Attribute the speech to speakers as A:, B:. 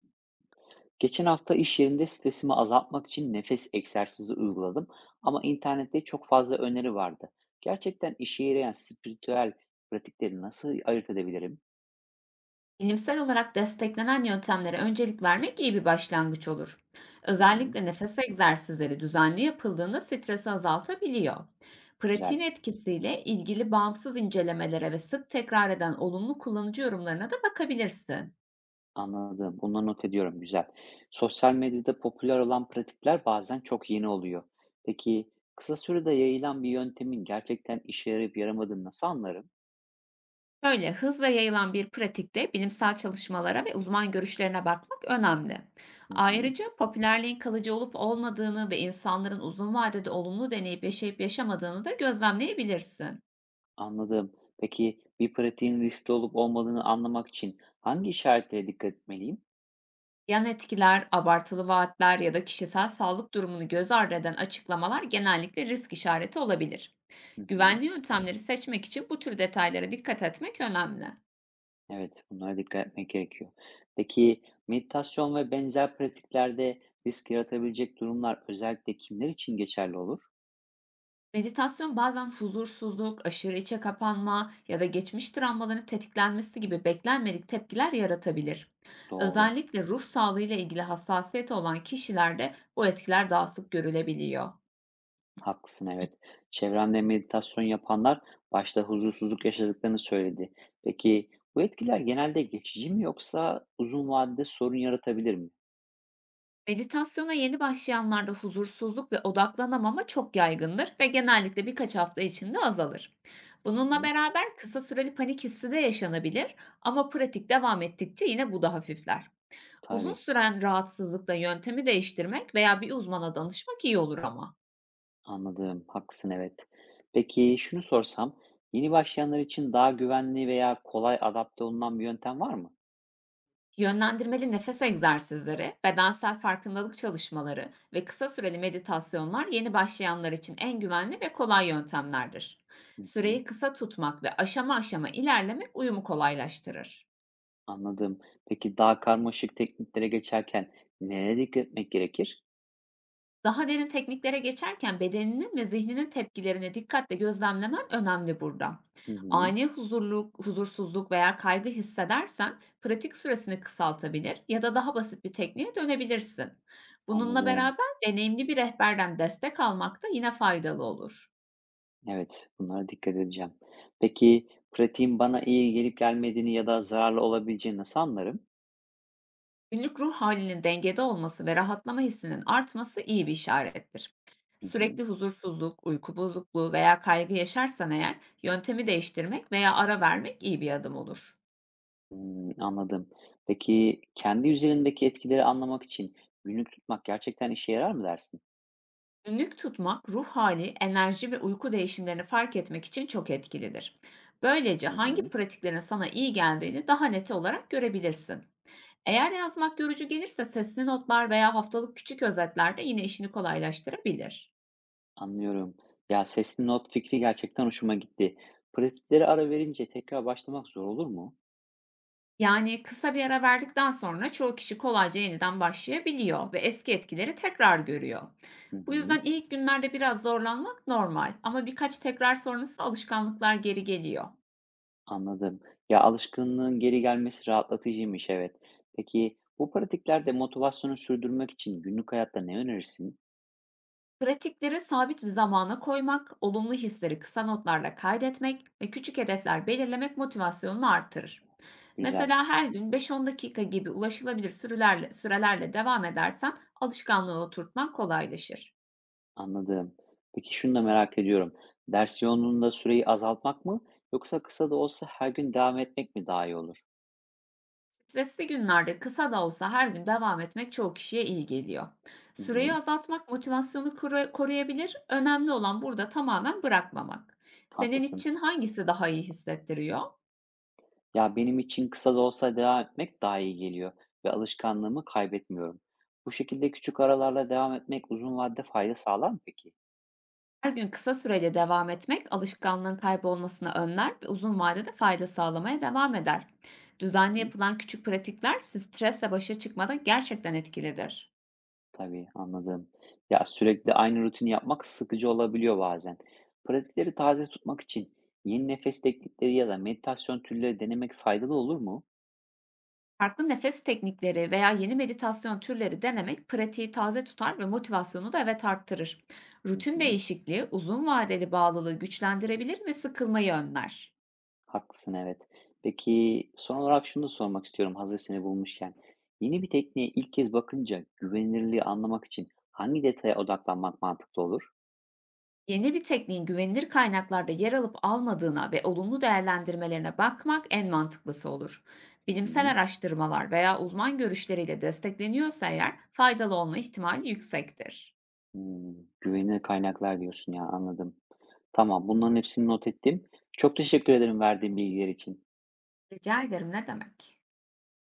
A: Geçen hafta iş yerinde stresimi azaltmak için nefes egzersizi uyguladım ama internette çok fazla öneri vardı. Gerçekten işe yarayan spiritüel pratikleri nasıl ayırt edebilirim?
B: Bilimsel olarak desteklenen yöntemlere öncelik vermek iyi bir başlangıç olur.
A: Hı hı,
B: Özellikle nefes egzersizleri düzenli yapıldığında stresi azaltabiliyor. Pratiğin
A: güzel,
B: etkisiyle ilgili bağımsız incelemelere ve sık tekrar eden olumlu kullanıcı yorumlarına da bakabilirsin.
A: anladım. Bunları not ediyorum, güzel. Sosyal medyada popüler olan pratikler bazen çok yeni oluyor. Peki kısa sürede yayılan bir yöntemin gerçekten işe yarayıp yaramadığını nasıl anlarım?
B: Böyle hızla yayılan bir pratikte bilimsel çalışmalara ve uzman görüşlerine bakmak önemli.
A: Hı hı,
B: Ayrıca popülerliğin kalıcı olup olmadığını ve insanların uzun vadede olumlu deneyip yaşayıp yaşamadığını da gözlemleyebilirsin.
A: anladım. Peki bir pratiğin riskli olup olmadığını anlamak için hangi işaretlere dikkat etmeliyim?
B: Yan etkiler, abartılı vaatler ya da kişisel sağlık durumunu göz ardı eden açıklamalar genellikle risk işareti olabilir.
A: Hı hı.
B: Güvenli yöntemleri seçmek için bu tür detaylara dikkat etmek önemli.
A: Evet, bunlara dikkat etmek gerekiyor. Peki meditasyon ve benzer pratiklerde risk yaratabilecek durumlar özellikle kimler için geçerli olur?
B: Meditasyon bazen huzursuzluk, aşırı içe kapanma ya da geçmiş travmaların tetiklenmesi gibi beklenmedik tepkiler yaratabilir.
A: Doğru,
B: Özellikle ruh sağlığı ile ilgili hassasiyeti olan kişilerde bu etkiler daha sık görülebiliyor.
A: haklısın evet. Çevremde meditasyon yapanlar başta huzursuzluk yaşadıklarını söyledi. Peki bu etkiler genelde geçici mi yoksa uzun vadede sorun yaratabilir mi?
B: Meditasyona yeni başlayanlarda huzursuzluk ve odaklanamama çok yaygındır ve genellikle birkaç hafta içinde azalır. Bununla
A: Hı,
B: beraber kısa süreli panik hissi de yaşanabilir, ama pratik devam ettikçe yine bu da hafifler. Uzun
A: tabii,
B: süren rahatsızlıkla yöntemi değiştirmek veya bir uzmana danışmak iyi olur ama.
A: anladım. Haklısın evet. Peki şunu sorsam, yeni başlayanlar için daha güvenli veya kolay adapte olunan bir yöntem var mı?
B: Yönlendirmeli nefes egzersizleri, bedensel farkındalık çalışmaları ve kısa süreli meditasyonlar yeni başlayanlar için en güvenli ve kolay yöntemlerdir.
A: Hı hı.
B: Süreyi kısa tutmak ve aşama aşama ilerlemek uyumu kolaylaştırır.
A: Anladım. Peki daha karmaşık tekniklere geçerken nereye dikkat etmek gerekir?
B: Daha derin tekniklere geçerken bedeninin ve zihninin tepkilerini dikkatle gözlemlemen önemli burada.
A: Hı hı,
B: Ani huzurluk, huzursuzluk veya kaygı hissedersen pratik süresini kısaltabilir ya da daha basit bir tekniğe dönebilirsin. Bununla
A: anladım.
B: beraber deneyimli bir rehberden destek almak da yine faydalı olur.
A: Evet, bunlara dikkat edeceğim. Peki pratiğin bana iyi gelip gelmediğini ya da zararlı olabileceğini nasıl anlarım?
B: Günlük ruh halinin dengede olması ve rahatlama hissinin artması iyi bir işarettir.
A: Hı hı.
B: Sürekli huzursuzluk, uyku bozukluğu veya kaygı yaşarsan eğer yöntemi değiştirmek veya ara vermek iyi bir adım olur.
A: Hmm, anladım. Peki kendi üzerindeki etkileri anlamak için günlük tutmak gerçekten işe yarar mı dersin?
B: Günlük tutmak ruh hali, enerji ve uyku değişimlerini fark etmek için çok etkilidir. Böylece
A: Hı
B: hangi
A: hı,
B: pratiklerin sana iyi geldiğini daha net olarak görebilirsin. Eğer yazmak yorucu gelirse sesli notlar veya haftalık küçük özetler de yine işini kolaylaştırabilir.
A: anlıyorum. Ya sesli not fikri gerçekten hoşuma gitti. Pratikleri ara verince tekrar başlamak zor olur mu?
B: Yani kısa bir ara verdikten sonra çoğu kişi kolayca yeniden başlayabiliyor ve eski etkileri tekrar görüyor.
A: Hı
B: Bu
A: hı.
B: yüzden ilk günlerde biraz zorlanmak normal, ama birkaç tekrar sonrası alışkanlıklar geri geliyor.
A: Anladım. Ya alışkanlığın geri gelmesi rahatlatıcıymış, evet. Peki bu pratiklerde motivasyonu sürdürmek için günlük hayatta ne önerirsin?
B: Pratikleri sabit bir zamana koymak, olumlu hisleri kısa notlarla kaydetmek ve küçük hedefler belirlemek motivasyonunu artırır.
A: Güzel,
B: Mesela her gün 5-10 dakika gibi ulaşılabilir sürelerle devam edersen alışkanlığı oturtman kolaylaşır.
A: anladım. Peki şunu da merak ediyorum. Ders yoğunluğunda süreyi azaltmak mı yoksa kısa da olsa her gün devam etmek mi daha iyi olur?
B: Stresli günlerde kısa da olsa her gün devam etmek çoğu kişiye iyi geliyor.
A: Hı
B: Süreyi
A: hı,
B: azaltmak motivasyonu koruyabilir. Önemli olan burada tamamen bırakmamak. Senin
A: haklısın.
B: için hangisi daha iyi hissettiriyor?
A: Ya benim için kısa da olsa devam etmek daha iyi geliyor ve alışkanlığımı kaybetmiyorum. Bu şekilde küçük aralarla devam etmek uzun vadede fayda sağlar mı peki?
B: Her gün kısa süreli devam etmek alışkanlığın kaybolmasını önler ve uzun vadede fayda sağlamaya devam eder. Düzenli
A: Hı?
B: yapılan küçük pratikler siz stresle başa çıkmada gerçekten etkilidir.
A: Tabii, anladım. Ya, sürekli aynı rutini yapmak sıkıcı olabiliyor bazen. Pratikleri taze tutmak için yeni nefes teknikleri ya da meditasyon türleri denemek faydalı olur mu?
B: Farklı nefes teknikleri veya yeni meditasyon türleri denemek pratiği taze tutar ve motivasyonu da evet arttırır.
A: Hı
B: Rutin
A: hı.
B: değişikliği uzun vadeli bağlılığı güçlendirebilir ve sıkılmayı önler.
A: Haklısın, evet. Peki, son olarak şunu da sormak istiyorum hazır seni bulmuşken. Yeni bir tekniğe ilk kez bakınca güvenilirliği anlamak için hangi detaya odaklanmak mantıklı olur?
B: Yeni bir tekniğin güvenilir kaynaklarda yer alıp almadığına ve olumlu değerlendirmelerine bakmak en mantıklısı olur.
A: Hı
B: Bilimsel
A: hı.
B: araştırmalar veya uzman görüşleriyle destekleniyorsa eğer faydalı olma ihtimali yüksektir.
A: Hmm, güvenilir kaynaklar diyorsun ya, anladım. Tamam, bunların hepsini not ettim. Çok teşekkür ederim verdiğin bilgiler için.
B: Rica ederim, ne demek?